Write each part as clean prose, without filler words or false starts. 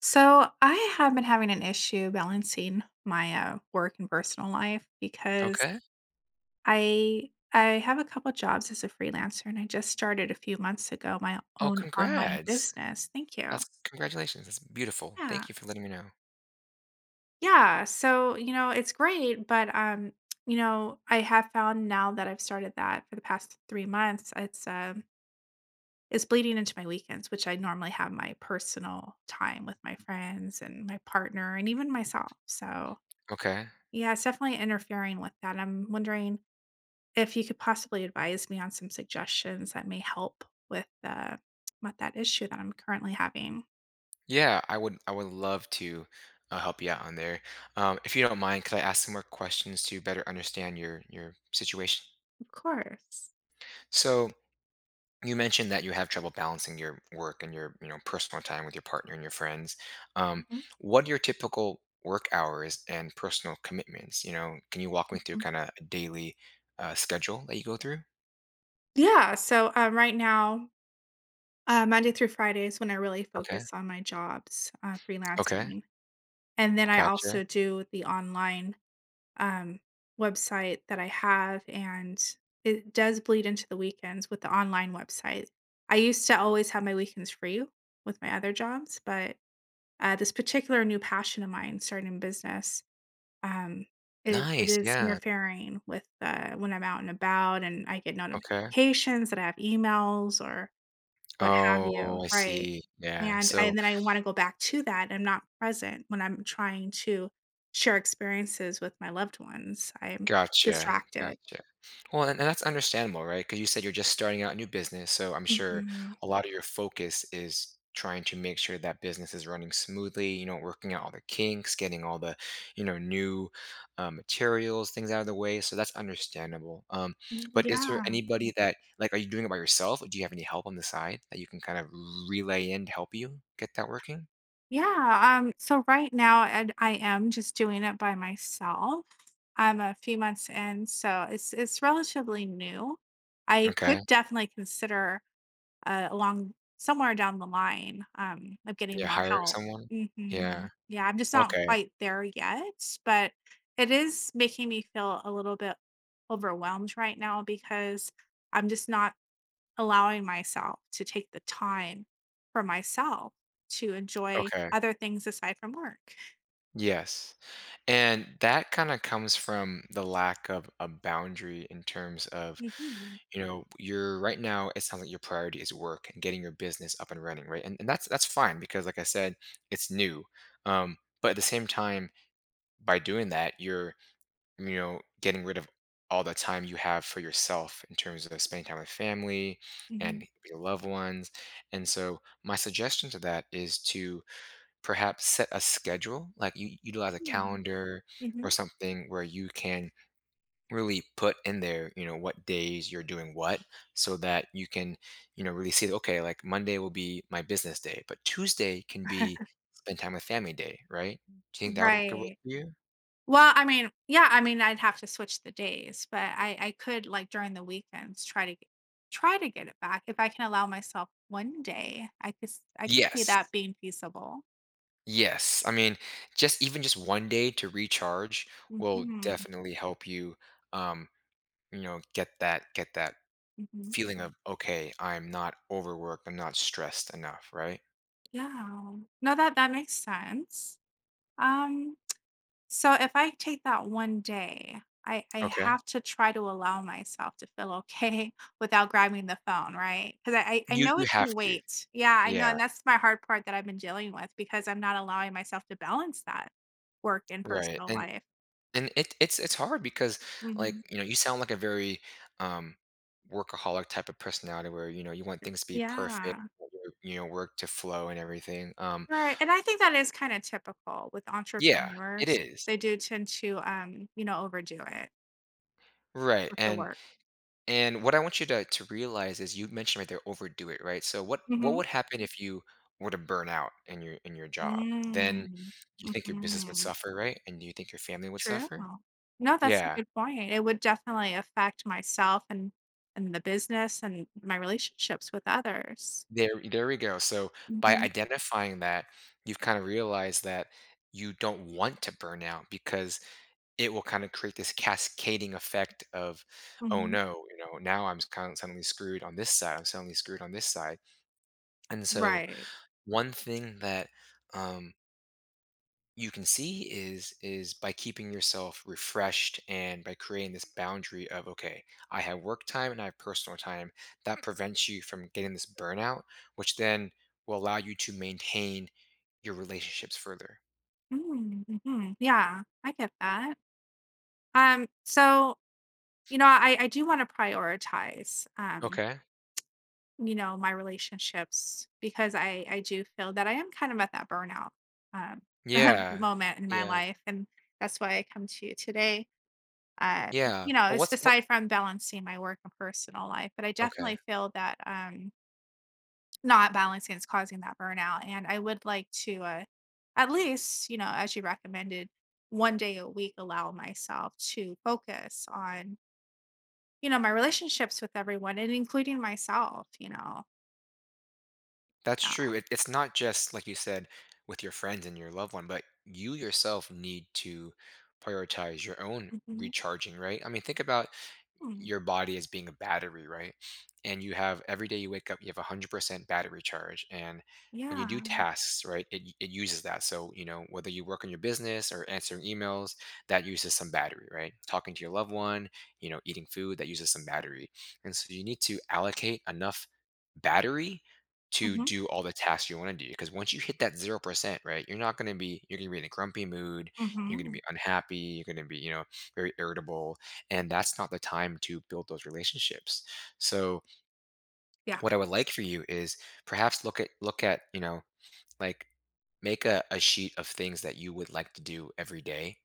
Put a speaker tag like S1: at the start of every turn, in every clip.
S1: So I have been having an issue balancing my work and personal life because
S2: Okay.
S1: I have a couple jobs as a freelancer and I just started a few months ago my
S2: Oh,
S1: own online
S2: congrats.
S1: business. Thank you.
S2: That's congratulations. That's beautiful.
S1: Yeah.
S2: Thank you for letting me know.
S1: Yeah. So, you know, it's great, but I have found now that I've started that for the past 3 months, it's bleeding into my weekends, which I normally have my personal time with my friends and my partner and even myself. So
S2: Okay.
S1: yeah, it's definitely interfering with that. I'm wondering if you could possibly advise me on some suggestions that may help with that issue that I'm currently having.
S2: Yeah, I would love to help you out on there. If you don't mind, could I ask some more questions to better understand your situation?
S1: Of course.
S2: So you mentioned that you have trouble balancing your work and your personal time with your partner and your friends. Um,
S1: Mhm,
S2: what are your typical work hours and personal commitments? You know, can you walk me through
S1: mhm.
S2: kind of a daily schedule that you go through?
S1: Yeah. So right now, Monday through Friday is when I really
S2: Okay.
S1: focus on my jobs,
S2: Okay.
S1: freelancing, and then I
S2: Gotcha.
S1: also do the online um, website that I have, and it does bleed into the weekends with the online website. I used to always have my weekends free with my other jobs, but this particular new passion of mine, starting a business, um, it
S2: Nice,
S1: is
S2: yeah,
S1: interfering with when I'm out and about, and I get
S2: okay.
S1: notifications that I have emails or what have you,
S2: Oh, I
S1: right.
S2: see, yeah,
S1: And I and
S2: so
S1: then I wanna go back to that. I'm not present when I'm trying to share experiences with my loved ones, I'm
S2: gotcha,
S1: distracted.
S2: gotcha. Well, and that's understandable, right? Because you said you're just starting out a new business, so I'm sure
S1: Mhm.
S2: a lot of your focus is trying to make sure that business is running smoothly, you know, working out all the kinks, getting all the, you know, new, materials, things out of the way, so that's understandable,
S1: Mm,
S2: but is there
S1: yeah.
S2: anybody that like, are you doing it by yourself, or do you have any help on the side that you can kind of relay in to help you get that working?
S1: Yeah, so right now, and I am just doing it by myself. I'm a few months in, so it's relatively new. I could
S2: Okay.
S1: definitely consider uh, along somewhere down the line, of getting
S2: You're
S1: more
S2: hiring
S1: help.
S2: someone?
S1: Mhm.
S2: Yeah.
S1: Yeah, I'm just not
S2: Okay,
S1: quite there yet, but it is making me feel a little bit overwhelmed right now because I'm just not allowing myself to take the time for myself to enjoy
S2: okay.
S1: other things aside from work.
S2: Yes. And that kinda comes from the lack of a boundary in terms of,
S1: Mhm.
S2: you know, you're right now, it sounds like your priority is work and getting your business up and running, right? And that's fine because like I said, it's new. But at the same time, by doing that, getting rid of all the time you have for yourself in terms of spending time with family
S1: Mhm.
S2: and your loved ones. And so, my suggestion to that is to perhaps set a schedule, like you utilize a
S1: Mm.
S2: calendar or
S1: Mhm.
S2: something where you can really put in there, you know, what days you're doing what so that you can, you know, really see, okay, like Monday will be my business day, but Tuesday can be spend time with family day, right? Do you think that would could work
S1: Right.
S2: for you?
S1: Well, I mean, yeah, I mean, I'd have to switch the days, but I could like during the weekends try to get it back if I can allow myself one day. I could see that
S2: Yes.
S1: being feasible.
S2: Yes. I mean, just even just one day to recharge will
S1: Mhm.
S2: definitely help you um, get that
S1: Mhm.
S2: feeling of okay, I'm not overworked, I'm not stressed enough, right?
S1: Yeah. No, that that makes sense. Um, so if I take that one day, I
S2: Okay.
S1: have to try to allow myself to feel okay without grabbing the phone, right? Because I
S2: You
S1: know
S2: you
S1: it
S2: have
S1: can
S2: to.
S1: wait. Yeah, I know.
S2: Yeah,
S1: And that's my hard part that I've been dealing with because I'm not allowing myself to balance that work and
S2: right.
S1: personal
S2: And
S1: life.
S2: and it's hard because like,
S1: Mhm.
S2: you know, you sound like a very um workaholic type of personality where, you know, you want things to be perfect,
S1: Yeah.
S2: you know, work to flow and everything.
S1: Right. And I think that is kind of typical with
S2: Yeah, it
S1: entrepreneurs.
S2: is.
S1: They do tend to, you know, overdo it
S2: Right.
S1: with the
S2: And
S1: work.
S2: And what I want you to realize is you mentioned right there overdo it, right? So what
S1: Mm-hmm.
S2: would happen if you were to burn out in your job? Then
S1: Mm.
S2: you think your business would
S1: Mm-hmm.
S2: suffer, right? And do you think your family would
S1: True.
S2: suffer?
S1: No, that's a
S2: Yeah.
S1: good point. It would definitely affect myself and the business and my relationships with others.
S2: There we go. So by
S1: Mhm,
S2: identifying that, you've kind of realized that you don't want to burn out because it will kind of create this cascading effect of oh
S1: mhm.
S2: no, you know, now I'm kind of suddenly screwed on this side, I'm suddenly screwed on this side. And so
S1: Right.
S2: one thing that um, you can see is by keeping yourself refreshed and by creating this boundary of okay, I have work time and I have personal time, that prevents you from getting this burnout, which then will allow you to maintain your relationships further.
S1: Mm, mhm. Yeah, I get that. So, you know, I do wanna prioritize,
S2: Okay,
S1: you know, my relationships because I do feel that I am kind of at that burnout, um,
S2: yeah,
S1: moment in my
S2: yeah.
S1: life, and that's why I come to you today. Uh,
S2: Yeah,
S1: you know,
S2: well,
S1: it's
S2: what's what
S1: aside from balancing my work and personal life, but I
S2: okay,
S1: definitely feel that not balancing is causing that burnout. And I would like to at least, you know, as you recommended, one day a week allow myself to focus on, you know, my relationships with everyone and including myself, you know.
S2: that's
S1: Yeah.
S2: true. It's not just like you said with your friends and your loved one, but you yourself need to prioritize your own
S1: Mhm.
S2: recharging, right? I mean, think about
S1: Mm,
S2: your body as being a battery, right? And you have, every day you wake up, you have 100% battery charge. And when you do
S1: yeah.
S2: tasks, right, it uses that. So, you know, whether you work on your business or answering emails, that uses some battery, right? Talking to your loved one, you know, eating food, that uses some battery. And so you need to allocate enough battery to
S1: Hmm.
S2: do all the tasks you want to do. Because once you hit that 0%, right, you're not going to be, you're going to be in a grumpy mood. You're going to
S1: Hmm.
S2: be unhappy. You're going to be, you know, very irritable, and that's not the time to build those relationships. So
S1: Yeah.
S2: what I would like for you is perhaps look at you know, like, make a sheet of things that you would like to do every day,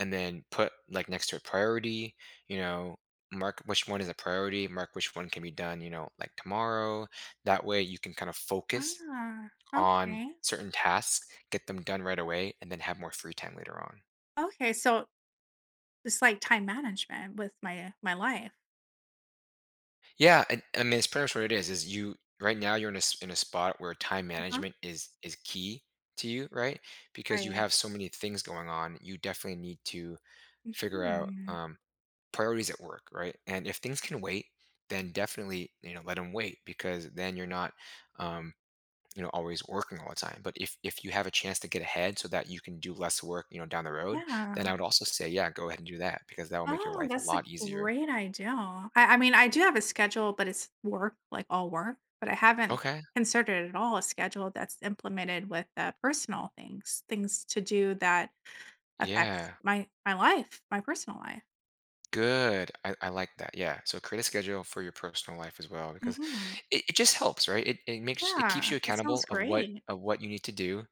S2: and then put like next to a priority, you know, mark which one is a priority, mark which one can be done, you know, like tomorrow. That way you can kind of focus
S1: Ah,
S2: on
S1: okay.
S2: certain tasks, get them done right away, and then have more free time later on.
S1: Okay. So it's like time management with my my life.
S2: Yeah, and, I mean, it's pretty much what it is. Is you right now you're in in a spot where time
S1: Uh-huh.
S2: management is key to you, right? Because you
S1: Right.
S2: have so many things going on, you definitely need to figure out
S1: Hmm.
S2: priorities at work, right? And if things can wait, then definitely, you know, let them wait because then you're not um, you know always working all the time. But if you have a chance to get ahead so that you can do less work, you know, down the road, then
S1: Yeah.
S2: I would also say, yeah, go ahead and do that because that will make your
S1: Oh,
S2: life a
S1: that's a
S2: lot easier.
S1: great idea. I mean, I do have a schedule, but it's work, like all work, but I haven't
S2: Okay.
S1: considered at all a schedule that's implemented with, personal things, things to do that affects
S2: Yeah.
S1: my my life, my personal life.
S2: Good. I like that. Yeah. So create a schedule for your personal life as well because
S1: Mhm.
S2: it just helps, right? It keeps
S1: Yeah,
S2: you
S1: it sounds
S2: accountable
S1: great.
S2: of what you need to do.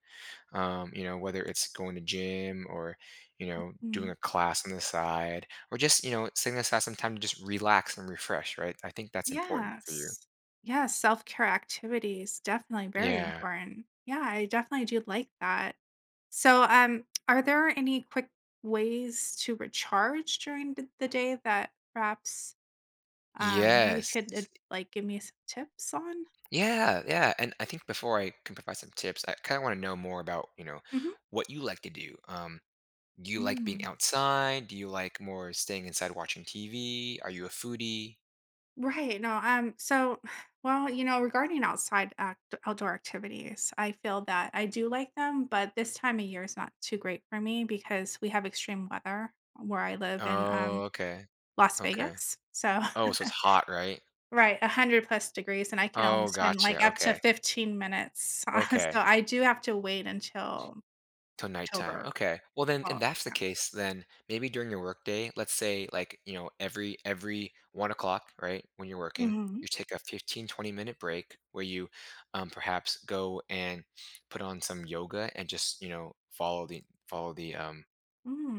S2: You know, whether it's going to gym or, you know, doing
S1: Mm.
S2: a class on the side, or just, you know, setting aside some time to just relax and refresh, right? I think that's important for you.
S1: Yes. Yes, self-care activities, definitely very
S2: Yeah.
S1: important. Yeah, I definitely do like that. So, are there any quick ways to recharge during th the day that perhaps, you
S2: Yes.
S1: could, ad like, give me some tips on?
S2: Yeah, yeah. And I think before I can provide some tips, I kind of want to know more about, you know,
S1: Mhm.
S2: what you like to do. Do you like being
S1: Mm.
S2: outside? Do you like more staying inside watching TV? Are you a foodie?
S1: Right. No, so well, you know, regarding outside act outdoor activities, I feel that I do like them, but this time of year is not too great for me because we have extreme weather where I live in
S2: Oh, okay.
S1: Las
S2: Okay.
S1: Vegas. So,
S2: Oh, so it's hot, right?
S1: right, 100 plus degrees and I can only
S2: Oh,
S1: spend
S2: gotcha.
S1: like up to
S2: Okay.
S1: 15 minutes. So
S2: Okay.
S1: I do have to wait until
S2: Till nighttime.
S1: October.
S2: Okay. Well then
S1: Oh,
S2: and that's the
S1: yeah.
S2: case, then maybe during your workday, let's say like, you know, every 1 o'clock, right? When you're working,
S1: Mhm.
S2: you take a 15 to 20 minute break where you perhaps go and put on some yoga and just, you know, follow the um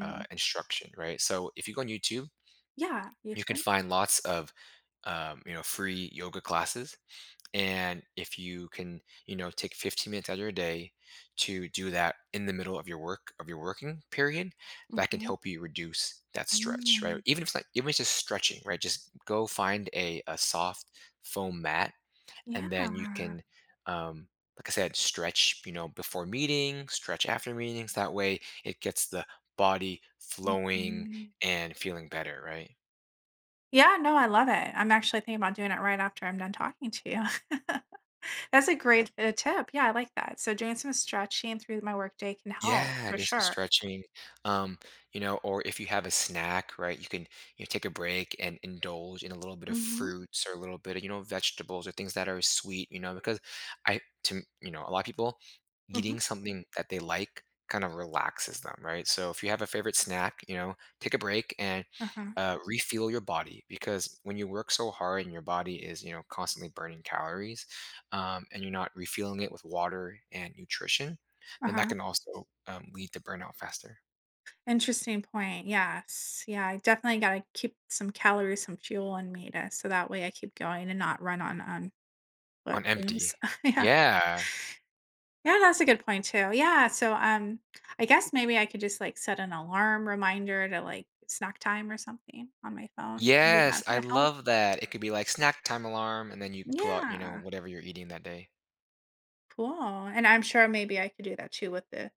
S2: uh, instruction, right? So if you go on YouTube,
S1: Yeah, you
S2: you can
S1: too.
S2: find lots of you know, free yoga classes, and if you can, you know, take 15 minutes out of your day to do that in the middle of your working period, that can
S1: Mhm.
S2: help you reduce that stretch, right?
S1: Mm.
S2: Even if it's not, even if it's just stretching, right? Just go find a soft foam mat,
S1: Yeah.
S2: and then you can um, like I said, stretch, you know, before meeting, stretch after meetings, that way it gets the body flowing
S1: Mhm.
S2: and feeling better, right?
S1: Yeah, no, I love it. I'm actually thinking about doing it right after I'm done talking to you. That's a great, tip. Yeah, I like that. So doing some stretching through my workday can help
S2: Yeah,
S1: for
S2: do some
S1: sure.
S2: stretching. Um, you know, or if you have a snack, right, you can, take a break and indulge in a little bit of
S1: Mhm,
S2: fruits or a little bit of, you know, vegetables or things that are sweet, you know, because I to m- you know, a lot of people
S1: mhm,
S2: eating something that they like kind of relaxes them, right? So if you have a favorite snack, you know, take a break and
S1: uh-huh,
S2: refuel your body because when you work so hard and your body is, you know, constantly burning calories, and you're not refueling it with water and nutrition, and that
S1: uh-huh.
S2: can also, lead to burnout faster.
S1: Interesting point. Yes. Yeah, I definitely gotta keep some calories, some fuel in me to so that way I keep going and not run on foot
S2: On
S1: fumes.
S2: empty.
S1: Yeah.
S2: Yeah.
S1: Yeah, that's a good point too. Yeah, so, I guess maybe I could just, like, set an alarm reminder to, like, snack time or something on my phone. Maybe that
S2: Yes,
S1: can
S2: I
S1: help.
S2: love that. It could be like snack time alarm, and then you pull out, you know,
S1: Yeah,
S2: whatever you're eating that day.
S1: cool, and I'm sure maybe I could do that too with the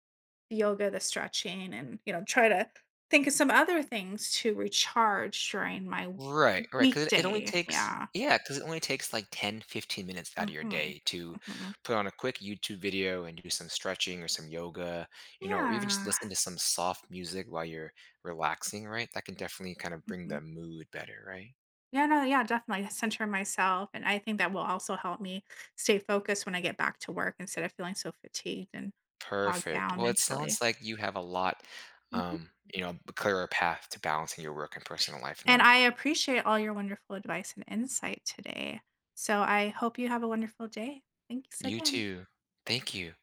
S1: yoga, the stretching, and, you know, try to think of some other things to recharge during my
S2: Right. Right. Because it only
S1: weekday.
S2: takes.
S1: Yeah.
S2: Yeah. Because it only takes like 10, 15 minutes out of your
S1: Mhm.
S2: day to
S1: Mhm.
S2: put on a quick YouTube video and do some stretching or some yoga, you know, or even just
S1: Yeah.
S2: listen to some soft music while you're relaxing, right? That can definitely kind of bring the
S1: Mhm.
S2: mood better, right?
S1: Yeah, no, yeah, definitely center myself, and I think that will also help me stay focused when I get back to work instead of feeling so fatigued and bogged
S2: Perfect.
S1: down
S2: Well, it
S1: mentally.
S2: sounds like you have a lot,
S1: Mhm.
S2: you know, a clearer path to balancing your work and personal life
S1: And
S2: now.
S1: I appreciate all your wonderful advice and insight today. So I hope you have a wonderful day. Thanks
S2: You
S1: again.
S2: too. Thank you.